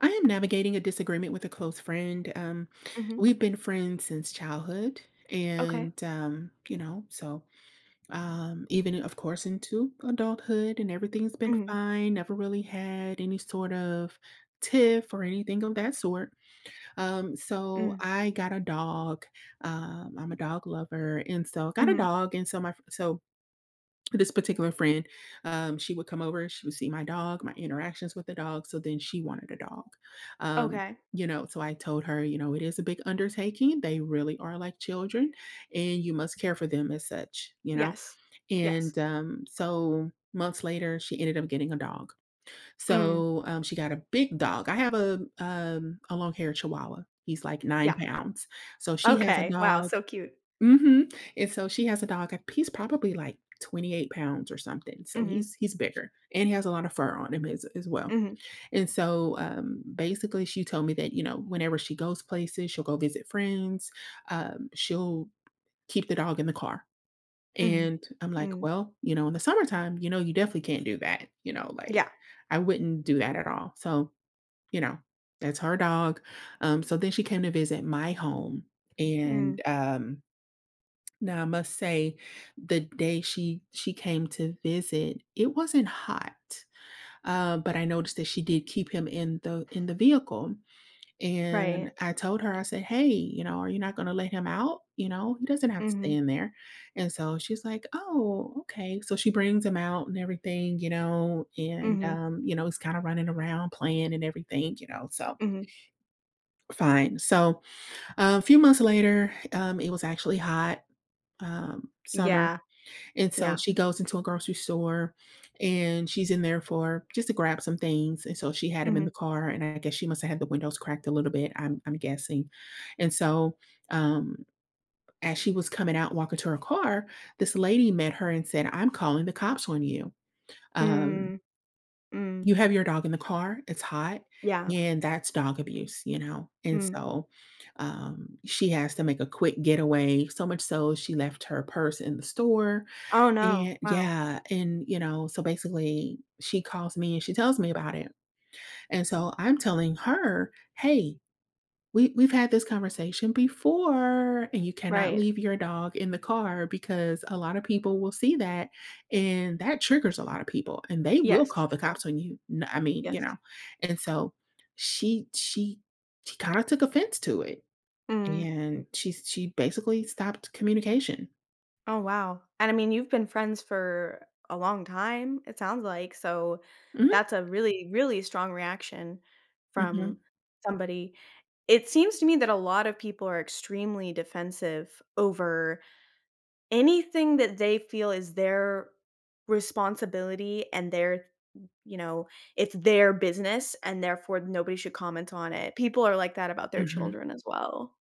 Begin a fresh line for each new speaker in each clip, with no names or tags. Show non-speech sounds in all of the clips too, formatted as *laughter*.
I am navigating a disagreement with a close friend.
Mhm.
We've been friends since childhood,
Okay.
and even of course into adulthood, and everything's been
Mhm.
fine. Never really had any sort of tiff or anything of that sort. So
Mm.
I got a dog. I'm a dog lover, and so got a
Mhm.
dog, and so this particular friend, she would come over, she would see my dog, my interactions with the dog, so then she wanted a dog. Um,
Okay.
so I told her, you know, it is a big undertaking. They really are like children, and you must care for them as such, you know?
Yes. Yes.
And so months later, she ended up getting a dog.
Mm.
She got a big dog. I have a long haired Chihuahua. He's like nine
Yeah.
pounds. So she has a
Okay. Wow,
dog.
so cute.
Mhm, and so she has a dog, I he's probably like 28 pounds or something, so
Mhm.
he's bigger, and he has a lot of fur on him as well,
Mhm.
and basically, she told me that, you know, whenever she goes places, she'll go visit friends, she'll keep the dog in the car,
Mhm.
and I'm like,
Mm.
"Well, you know, in the summertime, you know, you definitely can't do that," you know, like,
Yeah.
I wouldn't do that at all, so, you know, that's her dog. So then she came to visit my home,
Mm.
and, um now I must say, the day she came to visit, it wasn't hot, but I noticed that she did keep him in the vehicle, and
Right.
I told her, I said, "Hey, you know, are you not going to let him out? You know, he doesn't have to stay
Mhm.
in there." And so she's like, "Oh, okay." So she brings him out and everything, you know, and
Mhm.
he's kind of running around playing and everything, you know. So
Mhm.
fine. So a few months later, it was actually hot. Summer,
Yeah.
and so
Yeah.
she goes into a grocery store and she's in there for just to grab some things. And so she had him in the
Mhm.
car, and I guess she must have had the windows cracked a little bit, I'm guessing. And um, as she was coming out, walking to her car, this lady met her and said, "I'm calling the cops on you. Um,
Mm. Mm.
you have your dog in the car, it's hot,
Yeah.
and that's dog abuse, you know?" And
Mm.
she has to make a quick getaway, so much so she left her purse in the store,
Oh, no.
and
Wow.
yeah, and, you know, so basically she calls me and she tells me about it. And so I'm telling her, "Hey, we've had this conversation before, and you cannot
Right.
leave your dog in the car because a lot of people will see that, and that triggers a lot of people, and they will
Yes.
call the cops on you." N I mean, you
Yes.
know. And so she she she kinda took offense to it,
Mm.
and she basically stopped communication.
Oh, wow. And I mean, you've been friends for a long time, it sounds like. So
Mhm.
that's a really, really strong reaction
Mhm.
from somebody. It seems to me that a lot of people are extremely defensive over anything that they feel is their responsibility and their, you know, it's their business and therefore nobody should comment on it. People are like that about their
Mhm.
children as well.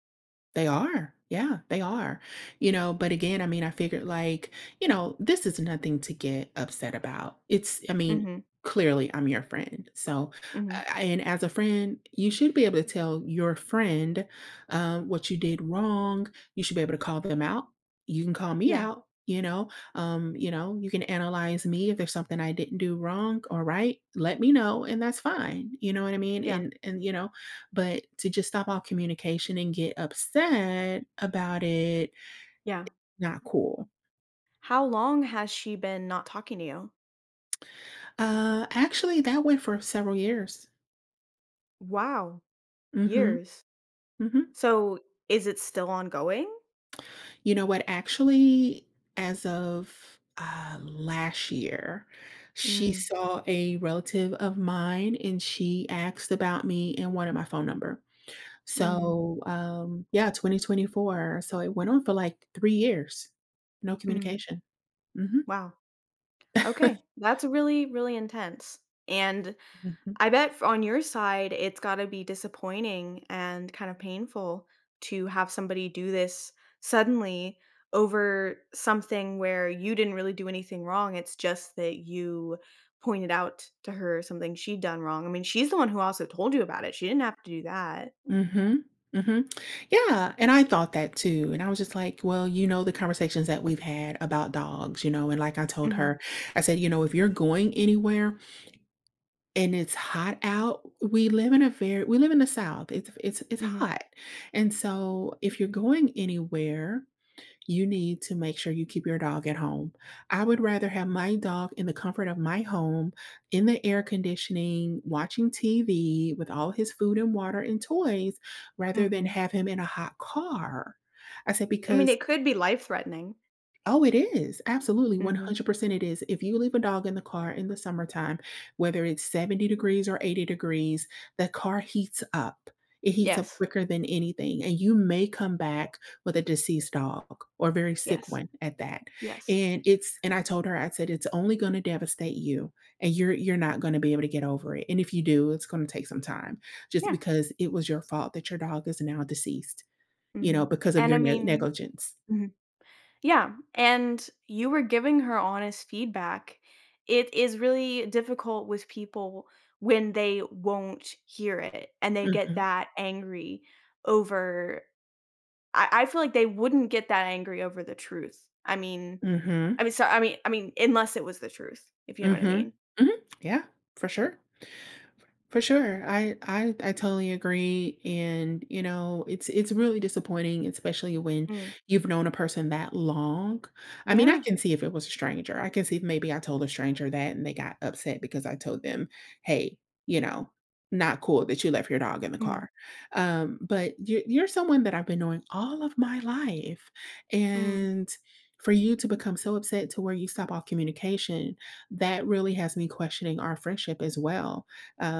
They are. Yeah, they are. You know, but again, I mean, I figured like, you know, this is nothing to get upset about. It's, I mean,
Mhm.
clearly I'm your friend. So,
Mhm.
I- and as a friend, you should be able to tell your friend what you did wrong. You should be able to call them out. You can call me
Yeah.
out. You know, you can analyze me if there's something I didn't do wrong or right. Let me know, and that's fine. You know what I mean?
Yeah.
But to just stop all communication and get upset about it,
Yeah.
not cool.
How long has she been not talking to you?
Actually, that went for several years.
Wow,
Mhm,
years.
mhm.
So, is it still ongoing?
You know what? Actually, as of, last year, she
Mm,
saw a relative of mine, and she asked about me and wanted my phone number.
mm,
So, yeah, 2024. So it went on for like 3 years. No
mm.
communication. Mhm.
Wow. Okay.
*laughs*
That's really, really intense. And I bet f on your side, it's gotta be disappointing and kind of painful to have somebody do this suddenly over something where you didn't really do anything wrong, it's just that you pointed out to her something she'd done wrong. I mean, she's the one who also told you about it, she didn't have to do that.
Mhm. Mhm. Yeah, and I thought that too, and I was just like, "Well, you know, the conversations that we've had about dogs, you know?" And like I told
Mhm,
her, I said, "You know, if you're going anywhere and it's hot out, we live in the South. It's
mhm,
hot. And so if you're going anywhere, you need to make sure you keep your dog at home. I would rather have my dog in the comfort of my home, in the air conditioning, watching TV with all his food and water and toys, rather than
mhm.
have him in a hot car. I said,
I mean,
because"
it could be life-threatening.
Oh, it is. Absolutely.
Mhm.
100% it is. If you leave a dog in the car in the summertime, whether it's 70 degrees or 80 degrees, the car heats up. It heats up
Yes.
quicker than anything. And you may come back with a deceased dog or a very sick
Yes.
one at that.
Yes.
And it's and I told her, I said, it's only gonna devastate you and you're not gonna be able to get over it. And if you do, it's gonna take some time just
Yeah.
because it was your fault that your dog is now deceased, you know,
Mhm.
because of
And I
your
mean.
negligence.
Mhm. Yeah, and you were giving her honest feedback. It is really difficult with people when they won't hear it and they get
Mhm.
that angry over I feel like they wouldn't get that angry over the truth. I mean I
Mhm.
mean sorry. I mean unless it was the truth, if you know what I
Mhm.
mean.
Mhm. Yeah, for sure. For sure. I totally agree and you know, it's really disappointing especially when
Mm.
you've known a person that long. I mean, I
Yeah.
can see if it was a stranger. I can see if maybe I told a stranger that and they got upset because I told them, "Hey, you know, not cool that you left your dog in the
Mm.
car." But you're someone that I've been knowing all of my life
Mm.
and for you to become so upset to where you stop all communication, that really has me questioning our friendship as well.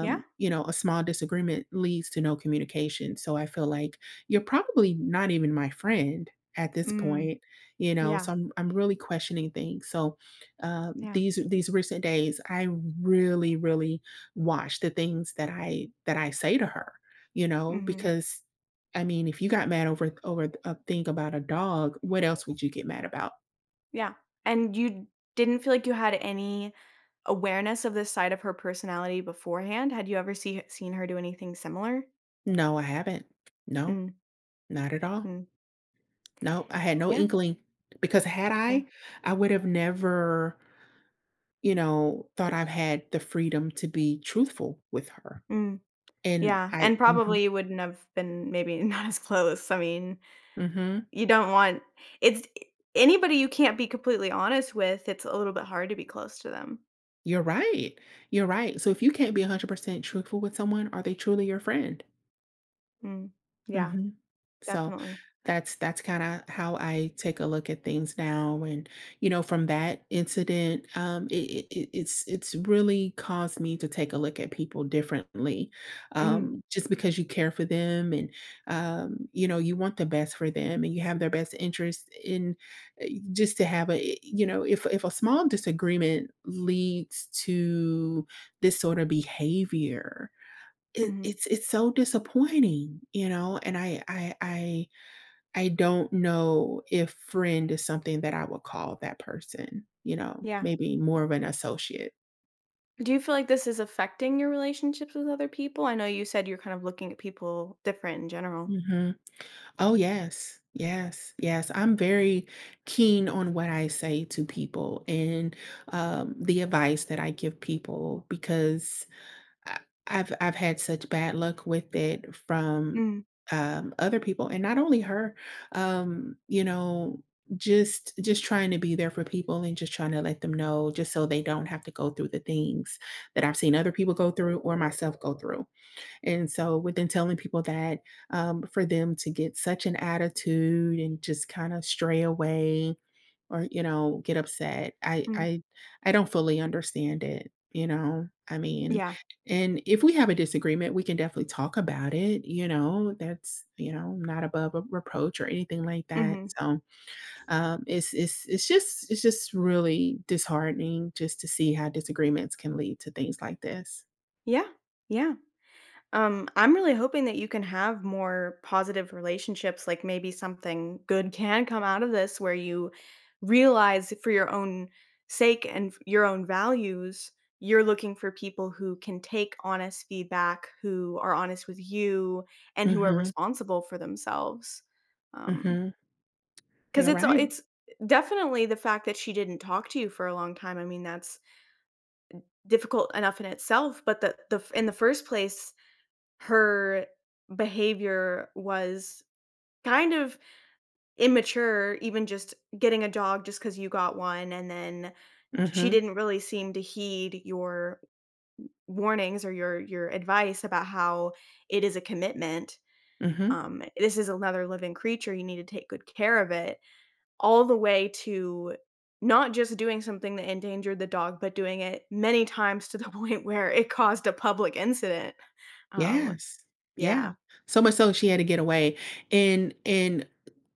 Yeah.
You know, a small disagreement leads to no communication. So I feel like you're probably not even my friend at this
Mm.
point, you know.
Yeah.
So I'm really questioning things. So
Yeah.
these recent days, I really watch the things that I say to her, you know,
Mhm.
because I mean, if you got mad over a thing about a dog, what else would you get mad about?
Yeah, and you didn't feel like you had any awareness of this side of her personality beforehand? Had you ever seen her do anything similar?
No, I haven't. No,
Mm,
not at all.
mm,
No, I had no
yeah,
inkling because had
yeah,
I would have never, you know, thought I've had the freedom to be truthful with her.
mm,
And
yeah,
I
and
mhm,
probably you wouldn't have been maybe *laughs* not as close, I mean,
mhm,
you don't want it's anybody you can't be completely honest with, it's a little bit hard to be close to them.
you're right, you're right. So if you can't be 100% truthful with someone, are they truly your friend?
Mm, yeah,
Mhm. So,
definitely.
that's kinda how I take a look at things now, and, you know, from that incident, it's really caused me to take a look at people differently,
Mm,
just because you care for them and, you know, you want the best for them and you have their best interest in just to have a you know, if a small disagreement leads to this sort of behavior, it
mhm,
it's it's so disappointing, you know, and I don't know if friend is something that I would call that person, you know,
yeah.
maybe more of an associate.
Do you feel like this is affecting your relationships with other people? I know you said you're kind of looking at people different in general.
Mhm. Oh, yes. Yes. Yes. I'm very keen on what I say to people and the advice that I give people because I I've had such bad luck with it from,
Mm,
other people, and not only her, you know, just trying to be there for people and just trying to let them know just so they don't have to go through the things that I've seen other people go through or myself go through. And so within telling people that, for them to get such an attitude and just kinda stray away or, you know, get upset.
mm,
I don't fully understand it, you know? I mean,
yeah.
and if we have a disagreement, we can definitely talk about it, you know? That's, you know, not above a reproach or anything like that.
Mhm.
So, it's just really disheartening just to see how disagreements can lead to things like this.
Yeah. Yeah. I'm really hoping that you can have more positive relationships, like maybe something good can come out of this where you realize for your own sake and your own values, you're looking for people who can take honest feedback, who are honest with you, and who are
Mhm.
responsible for themselves. Um,
Mhm.
'Cause
You're
it's
right.
it's definitely the fact that she didn't talk to you for a long time, I mean, that's difficult enough in itself, but the f in the first place, her behavior was kind of immature, even just getting a dog just because you got one, and then she
Mhm.
didn't really seem to heed your warnings or your advice about how it is a commitment.
Mhm.
This is another living creature, you need to take good care of it, all the way to not just doing something that endangered the dog, but doing it many times to the *laughs* point where it caused a public incident. Um,
Yes. Yeah.
yeah.
So much so she had to get away. And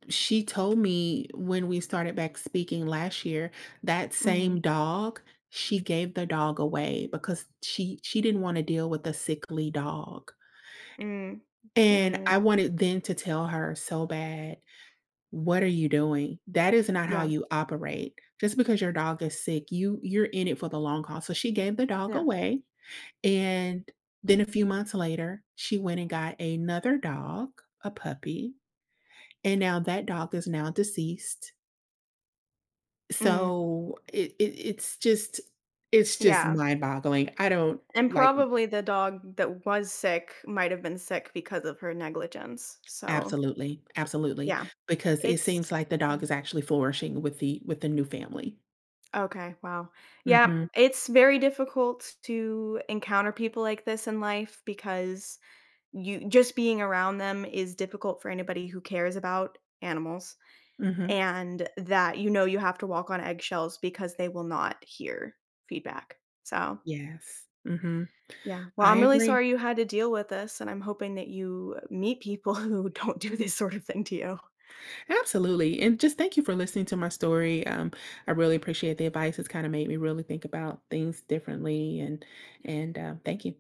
She told me when we started back speaking last year, that same
Mhm.
dog, she gave the dog away because she didn't want to deal with a sickly dog.
Mm.
And
Mm.
I wanted then to tell her so bad, what are you doing? That is not how
Yeah.
you operate. Just because your dog is sick, you're in it for the long haul. So she gave the dog
Yeah.
away and then a few months later, she went and got another dog, a puppy, and now that dog is now deceased.
Mm.
So it's just
Yeah.
mind-boggling. I don't
And
like
probably the dog that was sick might have been sick because of her negligence. So,
absolutely, absolutely,
yeah.
because it seems
It's,
like the
yeah.
dog is actually flourishing with the new family.
Okay, wow. Yeah,
Mhm,
it's very difficult to encounter people like this in life because you just being around them is difficult for anybody who cares about animals,
mhm.
and that you know you have to walk on eggshells because they will not hear feedback. So,
Yes, mhm.
yeah. Well,
I
I'm really
agree.
sorry you had to deal with this, and I'm hoping that you meet people *laughs* who don't do this sort of thing to you.
Absolutely, and just thank you for listening to my story. I really appreciate the advice. It's kinda made me really think about things differently and, thank you.